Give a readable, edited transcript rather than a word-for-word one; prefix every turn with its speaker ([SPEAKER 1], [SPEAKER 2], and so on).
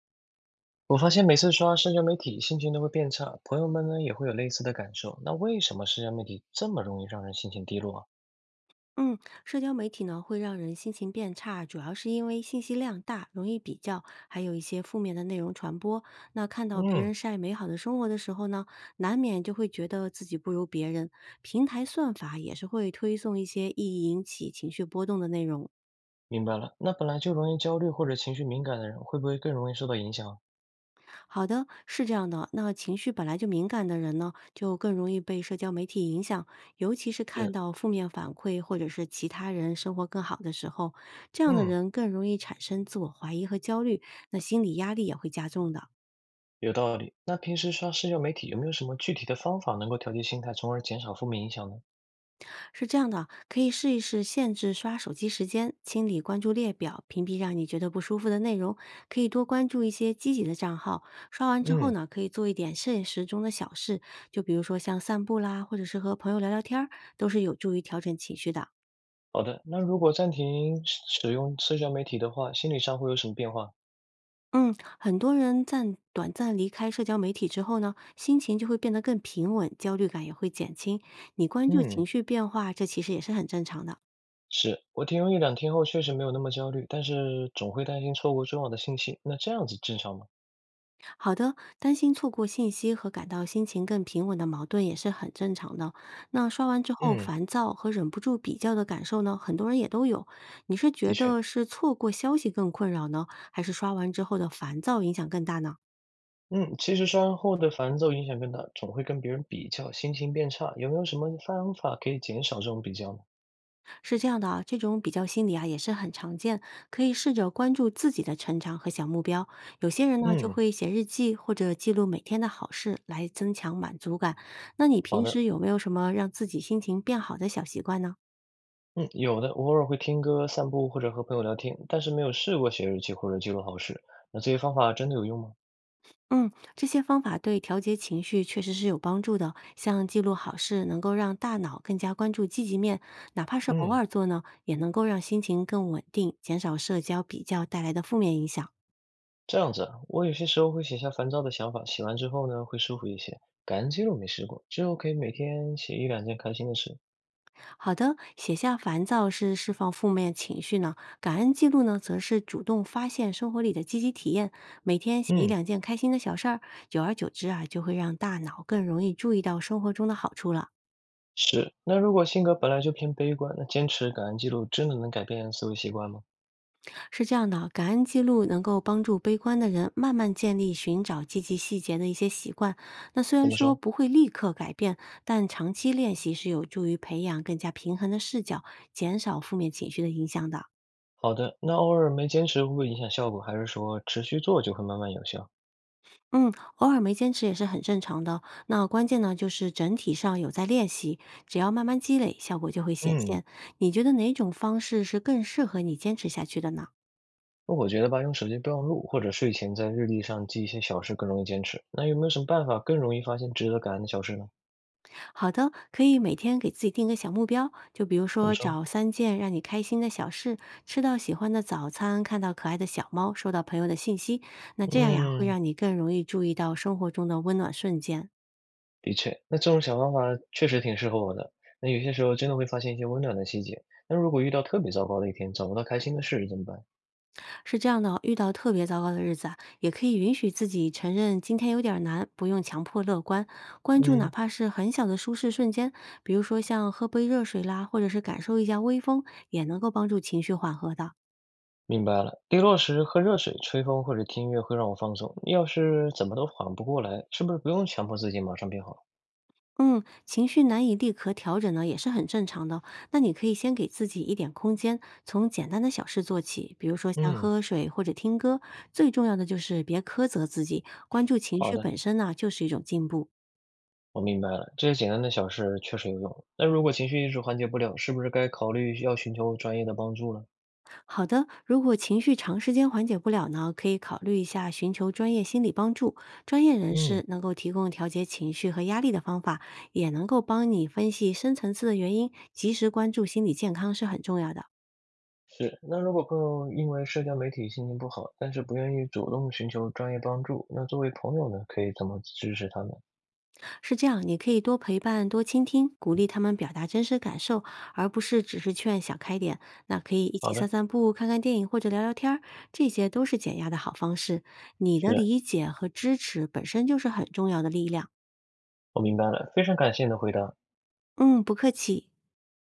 [SPEAKER 1] 我发现每次刷社交媒体，心情都会变差，朋友们呢也会有类似的感受。那为什么社交媒体这么容易让人心情低落啊？
[SPEAKER 2] 嗯，社交媒体呢会让人心情变差，主要是因为信息量大，容易比较，还有一些负面的内容传播。那看到别
[SPEAKER 1] 嗯，
[SPEAKER 2] 人晒美好的生活的时候呢，难免就会觉得自己不如别人。平台算法也是会推送一些易引起情绪波动的内容。
[SPEAKER 1] 明白了，那本来就容易焦虑或者情绪敏感的人，会不会更容易受到影响啊？
[SPEAKER 2] 好的，是这样的。那情绪本来就敏感的人呢，就更容易被社交媒体影响，尤其是看
[SPEAKER 1] 是，
[SPEAKER 2] 到负面反馈或者是其他人生活更好的时候，这样的
[SPEAKER 1] 嗯，
[SPEAKER 2] 人更容易产生自我怀疑和焦虑，那心理压力也会加重的。
[SPEAKER 1] 有道理。那平时刷社交媒体有没有什么具体的方法能够调节心态，从而减少负面影响呢？
[SPEAKER 2] 是这样的，可以试一试限制刷手机时间，清理关注列表，屏蔽让你觉得不舒服的内容。可以多关注一些积极的账号。刷完之后
[SPEAKER 1] 嗯，
[SPEAKER 2] 呢，可以做一点现实中的小事，就比如说像散步啦，或者是和朋友聊聊天儿，都是有助于调整情绪的。
[SPEAKER 1] 好的，那如果暂停使用社交媒体的话，心理上会有什么变化？
[SPEAKER 2] 嗯，很多人暂短暂离开社交媒体之后呢，心情就会变得更平稳，焦虑感也会减轻。你关注
[SPEAKER 1] 嗯，
[SPEAKER 2] 情绪变化，这其实也是很正常的。
[SPEAKER 1] 是，我停用一两天后确实没有那么焦虑，但是总会担心错过重要的信息。那这样子正常吗？
[SPEAKER 2] 好的，担心错过信息和感到心情更平稳的矛盾也是很正常的。那刷完之后
[SPEAKER 1] 嗯，
[SPEAKER 2] 烦躁和忍不住比较的感受呢，很多人也都有。你是
[SPEAKER 1] 的
[SPEAKER 2] 觉
[SPEAKER 1] 确，
[SPEAKER 2] 得是错过消息更困扰呢，还是刷完之后的烦躁影响更大呢？
[SPEAKER 1] 嗯，其实刷完后的烦躁影响更大，总会跟别人比较，心情变差。有没有什么方法可以减少这种比较呢？
[SPEAKER 2] 是这样的啊，这种比较心理啊也是很常见，可以试着关注自己的成长和小目标。有些人呢就
[SPEAKER 1] 嗯，
[SPEAKER 2] 会写日记或者记录每天的好事来增强满足感。那你
[SPEAKER 1] 好
[SPEAKER 2] 平
[SPEAKER 1] 的，
[SPEAKER 2] 时有没有什么让自己心情变好的小习惯呢？
[SPEAKER 1] 嗯，有的，我偶尔会听歌、散步或者和朋友聊天，但是没有试过写日记或者记录好事。那这些方法真的有用吗？
[SPEAKER 2] 嗯，这些方法对调节情绪确实是有帮助的。像记录好事，能够让大脑更加关注积极面，哪怕是偶
[SPEAKER 1] 嗯。
[SPEAKER 2] 尔做呢，也能够让心情更稳定，减少社交比较带来的负面影响。
[SPEAKER 1] 这样子啊，我有些时候会写下烦躁的想法，写完之后呢，会舒服一些。感恩记录没试过，之后可以每天写一两件开心的事。
[SPEAKER 2] 好的，写下烦躁是释放负面情绪呢，感恩记录呢，则是主动发现生活里的积极体验。每天写一
[SPEAKER 1] 嗯，
[SPEAKER 2] 两件开心的小事儿，久而久之啊，就会让大脑更容易注意到生活中的好处了。
[SPEAKER 1] 是。那如果性格本来就偏悲观，那坚持感恩记录真的能改变思维习惯吗？
[SPEAKER 2] 是这样的，感恩记录能够帮助悲观的人慢慢建立寻找积极细节的一些习惯。那虽
[SPEAKER 1] 怎
[SPEAKER 2] 然
[SPEAKER 1] 么
[SPEAKER 2] 说
[SPEAKER 1] 说？
[SPEAKER 2] 不会立刻改变，但长期练习是有助于培养更加平衡的视角，减少负面情绪的影响的。
[SPEAKER 1] 好的，那偶尔没坚持会不会影响效果？还是说持续做就会慢慢有效？
[SPEAKER 2] 嗯，偶尔没坚持也是很正常的。那关键呢，就是整体上有在练习，只要慢慢积累，效果就会显
[SPEAKER 1] 嗯，
[SPEAKER 2] 现。你觉得哪种方式是更适合你坚持下去的呢？
[SPEAKER 1] 那我觉得吧，用手机备忘录或者睡前在日历上记一些小事更容易坚持。那有没有什么办法更容易发现值得感恩的小事呢？
[SPEAKER 2] 好的，可以每天给自己定个小目标，就比如
[SPEAKER 1] 怎么
[SPEAKER 2] 说
[SPEAKER 1] 说？
[SPEAKER 2] 找三件让你开心的小事，吃到喜欢的早餐，看到可爱的小猫，收到朋友的信息。那这样呀，会
[SPEAKER 1] 嗯。
[SPEAKER 2] 让你更容易注意到生活中的温暖瞬间。
[SPEAKER 1] 的确，那这种小方法确实挺适合我的。那有些时候真的会发现一些温暖的细节。那如果遇到特别糟糕的一天，找不到开心的事怎么办？
[SPEAKER 2] 是这样的哦，遇到特别糟糕的日子啊，也可以允许自己承认今天有点儿难，不用强迫乐观，关注哪
[SPEAKER 1] 嗯，
[SPEAKER 2] 怕是很小的舒适瞬间，比如说像喝杯热水啦，或者是感受一下微风，也能够帮助情绪缓和的。
[SPEAKER 1] 明白了，低落时喝热水、吹风或者听音乐会让我放松。要是怎么都缓不过来，是不是不用强迫自己马上变好？
[SPEAKER 2] 嗯，情绪难以立刻调整呢，也是很正常的。那你可以先给自己一点空间，从简单的小事做起，比如说像喝
[SPEAKER 1] 嗯，
[SPEAKER 2] 喝水或者听歌。最重要的就是别苛责自己，关注情
[SPEAKER 1] 好
[SPEAKER 2] 绪
[SPEAKER 1] 的，
[SPEAKER 2] 本身呢，就是一种进步。
[SPEAKER 1] 我明白了，这些简单的小事确实有用。那如果情绪一直缓解不了，是不是该考虑要寻求专业的帮助了？
[SPEAKER 2] 好的，如果情绪长时间缓解不了呢，可以考虑一下寻求专业心理帮助，专业人
[SPEAKER 1] 嗯，
[SPEAKER 2] 士能够提供调节情绪和压力的方法，也能够帮你分析深层次的原因，及时关注心理健康是很重要的。
[SPEAKER 1] 是，那如果朋友因为社交媒体心情不好，但是不愿意主动寻求专业帮助，那作为朋友呢，可以怎么支持他们？
[SPEAKER 2] 是这样，你可以多陪伴、多倾听，鼓励他们表达真实感受，而不是只是劝想开点。那可以一起
[SPEAKER 1] 好
[SPEAKER 2] 散
[SPEAKER 1] 的，
[SPEAKER 2] 散步、看看电影或者聊聊天儿，这些都是减压的好方式。你的
[SPEAKER 1] 是，
[SPEAKER 2] 理解和支持本身就是很重要的力量。
[SPEAKER 1] 我明白了，非常感谢你的回答。
[SPEAKER 2] 嗯，不客气。